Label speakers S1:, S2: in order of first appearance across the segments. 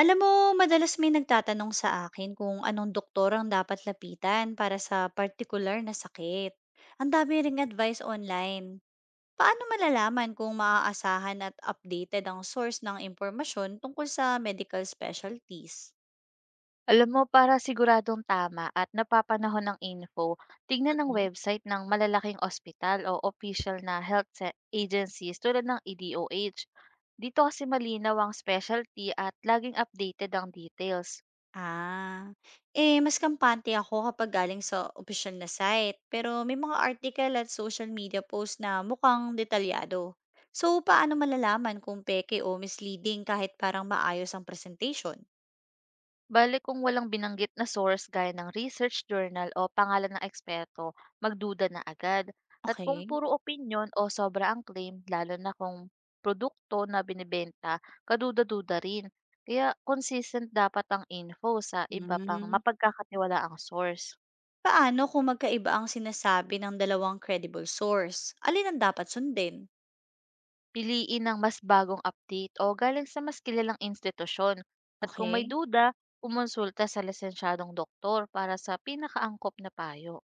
S1: Alam mo, madalas may nagtatanong sa akin kung anong doktor ang dapat lapitan para sa particular na sakit. Ang dami ring advice online. Paano malalaman kung maaasahan at updated ang source ng impormasyon tungkol sa medical specialties?
S2: Alam mo, para siguradong tama at napapanahon ng info, tingnan ng website ng malalaking ospital o official na agencies tulad ng EDOH. Dito kasi malinaw ang specialty at laging updated ang details.
S1: Ah, mas kampante ako kapag galing sa official na site. Pero may mga article at social media post na mukhang detalyado. So, paano malalaman kung peke o misleading kahit parang maayos ang presentation?
S2: Bale kung walang binanggit na source gaya ng research journal o pangalan ng eksperto, magduda na agad. At kung
S1: Okay.
S2: puro opinion o sobra ang claim, lalo na kung produkto na binibenta, kaduda-duda rin. Kaya consistent dapat ang info sa iba pang
S1: Mm.
S2: mapagkakatiwalaang source.
S1: Paano kung magkaiba ang sinasabi ng dalawang credible source? Alin ang dapat sundin?
S2: Piliin ang mas bagong update o galing sa mas kilalang institusyon. At kung may
S1: Okay.
S2: duda, kumonsulta sa lisensyadong doktor para sa pinakaangkop na payo.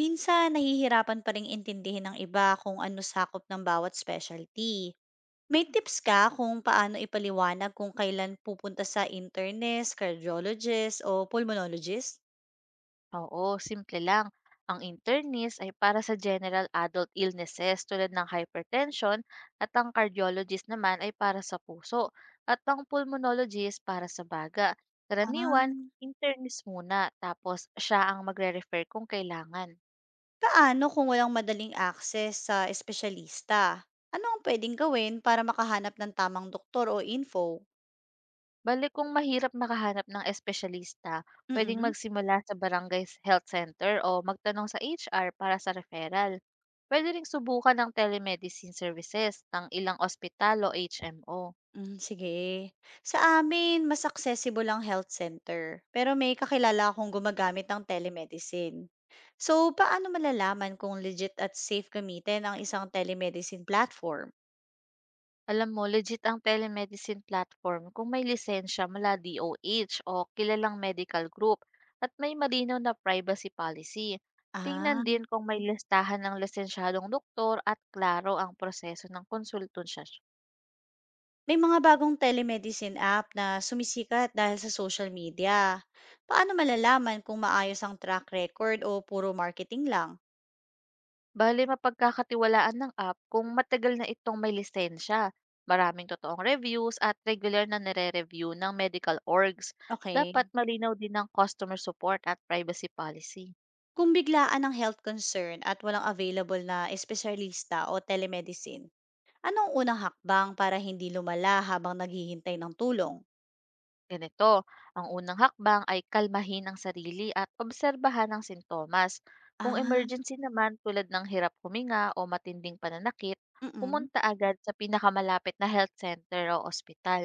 S1: Minsan, nahihirapan pa rin intindihin ng iba kung ano sakop ng bawat specialty. May tips ka kung paano ipaliwanag kung kailan pupunta sa internist, cardiologist o pulmonologist?
S2: Oo, simple lang. Ang internis ay para sa general adult illnesses tulad ng hypertension at ang cardiologist naman ay para sa puso at ang pulmonologist para sa baga.
S1: Ah.
S2: Karaniwan, internis muna tapos siya ang magre-refer kung kailangan.
S1: Paano kung walang madaling access sa espesyalista? Ano ang pwedeng gawin para makahanap ng tamang doktor o info?
S2: Balik kung mahirap makahanap ng espesyalista, pwedeng
S1: Mm.
S2: magsimula sa barangay health center o magtanong sa HR para sa referral. Pwede ring subukan ng telemedicine services ng ilang ospital o HMO.
S1: Mm, sige. Sa amin, mas accessible ang health center. Pero may kakilala akong gumagamit ng telemedicine. So, paano malalaman kung legit at safe gamitin ang isang telemedicine platform?
S2: Alam mo, legit ang telemedicine platform kung may lisensya mula DOH o H o kilalang medical group at may malinaw na privacy policy. Tingnan
S1: Ah.
S2: din kung may listahan ng lisensyadong doktor at klaro ang proseso ng konsultasyon.
S1: May mga bagong telemedicine app na sumisikat dahil sa social media. Paano malalaman kung maayos ang track record o puro marketing lang?
S2: Bali mapagkakatiwalaan ng app kung matagal na itong may lisensya, maraming totoong reviews at regular na nire-review ng medical orgs.
S1: Okay.
S2: Dapat malinaw din ang customer support at privacy policy.
S1: Kung biglaan ang health concern at walang available na espesyalista o telemedicine, anong unang hakbang para hindi lumala habang naghihintay ng tulong?
S2: Ganito, ang unang hakbang ay kalmahin ang sarili at obserbahan ang sintomas. Kung
S1: Ah,
S2: emergency naman tulad ng hirap huminga o matinding pananakit,
S1: mm.
S2: pumunta agad sa pinakamalapit na health center o ospital.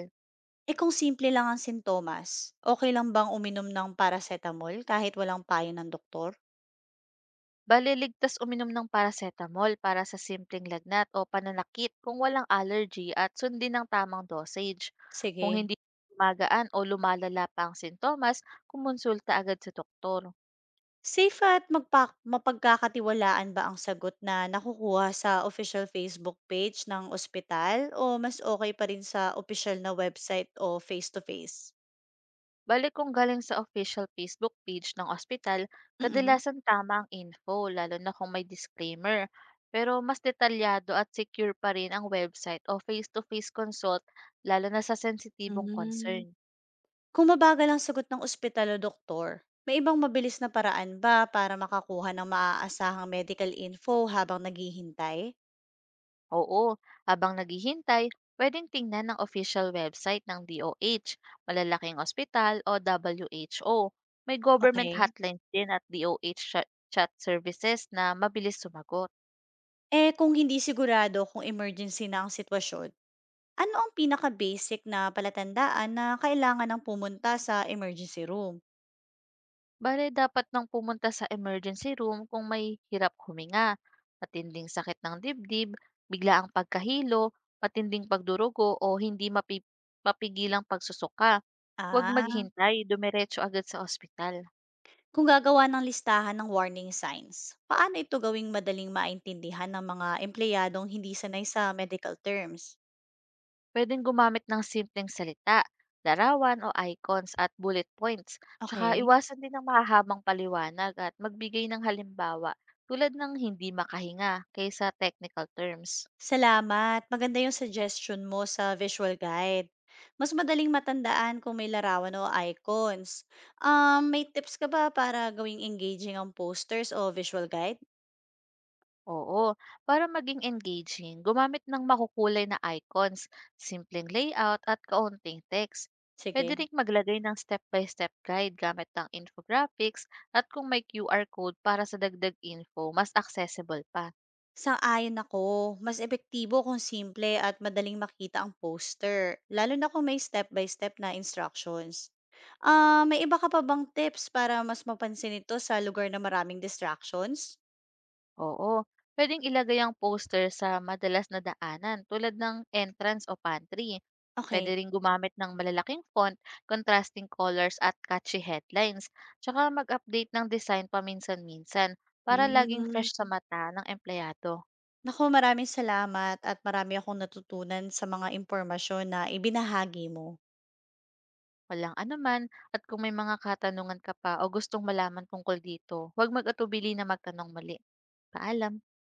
S1: Eh kung simple lang ang sintomas, okay lang bang uminom ng paracetamol kahit walang payo ng doktor?
S2: Baliligtas uminom ng paracetamol para sa simpleng lagnat o pananakit kung walang allergy at sundin ang tamang dosage. Kung
S1: Sige.
S2: hindi magaan o lumalala pa ang sintomas, kumonsulta agad sa doktor.
S1: Safe at magpa mapagkakatiwalaan ba ang sagot na nakukuha sa official Facebook page ng ospital o mas okay pa rin sa official na website o face-to-face?
S2: Bale kung galing sa official Facebook page ng ospital,
S1: Mm-mm.
S2: kadalasan tama ang info lalo na kung may disclaimer. Pero mas detalyado at secure pa rin ang website o face-to-face consult lalo na sa
S1: Mm.
S2: sensitibong
S1: Hmm.
S2: concern.
S1: Kung mabagal ang sagot ng ospital o doktor, may ibang mabilis na paraan ba para makakuha ng maaasahang medical info habang naghihintay?
S2: Oo, habang naghihintay, pwedeng tingnan ang official website ng DOH, malalaking ospital o WHO. May government
S1: Okay.
S2: hotlines din at DOH chat chat services na mabilis sumagot.
S1: Eh, kung hindi sigurado kung emergency na ang sitwasyon. Ano ang pinaka-basic na palatandaan na kailangan ng pumunta sa emergency room?
S2: Bale, dapat nang pumunta sa emergency room kung may hirap huminga, matinding sakit ng dibdib, biglaang pagkahilo, matinding pagdurugo o hindi mapigilang pagsusuka. Huwag
S1: Ah,
S2: maghintay, dumiretso agad sa ospital.
S1: kung gagawa ng listahan ng warning signs, paano ito gawing madaling maintindihan ng mga empleyadong hindi sanay sa medical terms?
S2: Pwedeng gumamit ng simpleng salita, larawan o icons at bullet points. Tsaka
S1: Okay.
S2: iwasan din ng mahahabang paliwanag at magbigay ng halimbawa tulad ng hindi makahinga kaysa technical terms.
S1: Salamat. Maganda yung suggestion mo sa visual guide. Mas madaling matandaan kung may larawan o icons. May tips ka ba para gawing engaging ang posters o visual guide?
S2: Oo. Para maging engaging, gumamit ng makukulay na icons, simpleng layout at kaunting text. Pwede
S1: Sige.
S2: rin maglagay ng step-by-step guide gamit ng infographics at kung may QR code para sa dagdag info, mas accessible pa.
S1: Sang-ayon ako, mas epektibo kung simple at madaling makita ang poster, lalo na kung may step-by-step na instructions. Ah, may iba ka pa bang tips para mas mapansin ito sa lugar na maraming distractions?
S2: Oo, pwedeng ilagay ang poster sa madalas na daanan tulad ng entrance o pantry. Pwede
S1: Okay.
S2: rin gumamit ng malalaking font, contrasting colors at catchy headlines. Tsaka mag-update ng design paminsan-minsan para laging
S1: Mm,
S2: fresh sa mata ng empleyado.
S1: naku, maraming salamat at marami akong natutunan sa mga impormasyon na ibinahagi mo.
S2: Walang anuman at kung may mga katanungan ka pa o gustong malaman tungkol dito, huwag mag-atubili na magtanong muli. Paalam!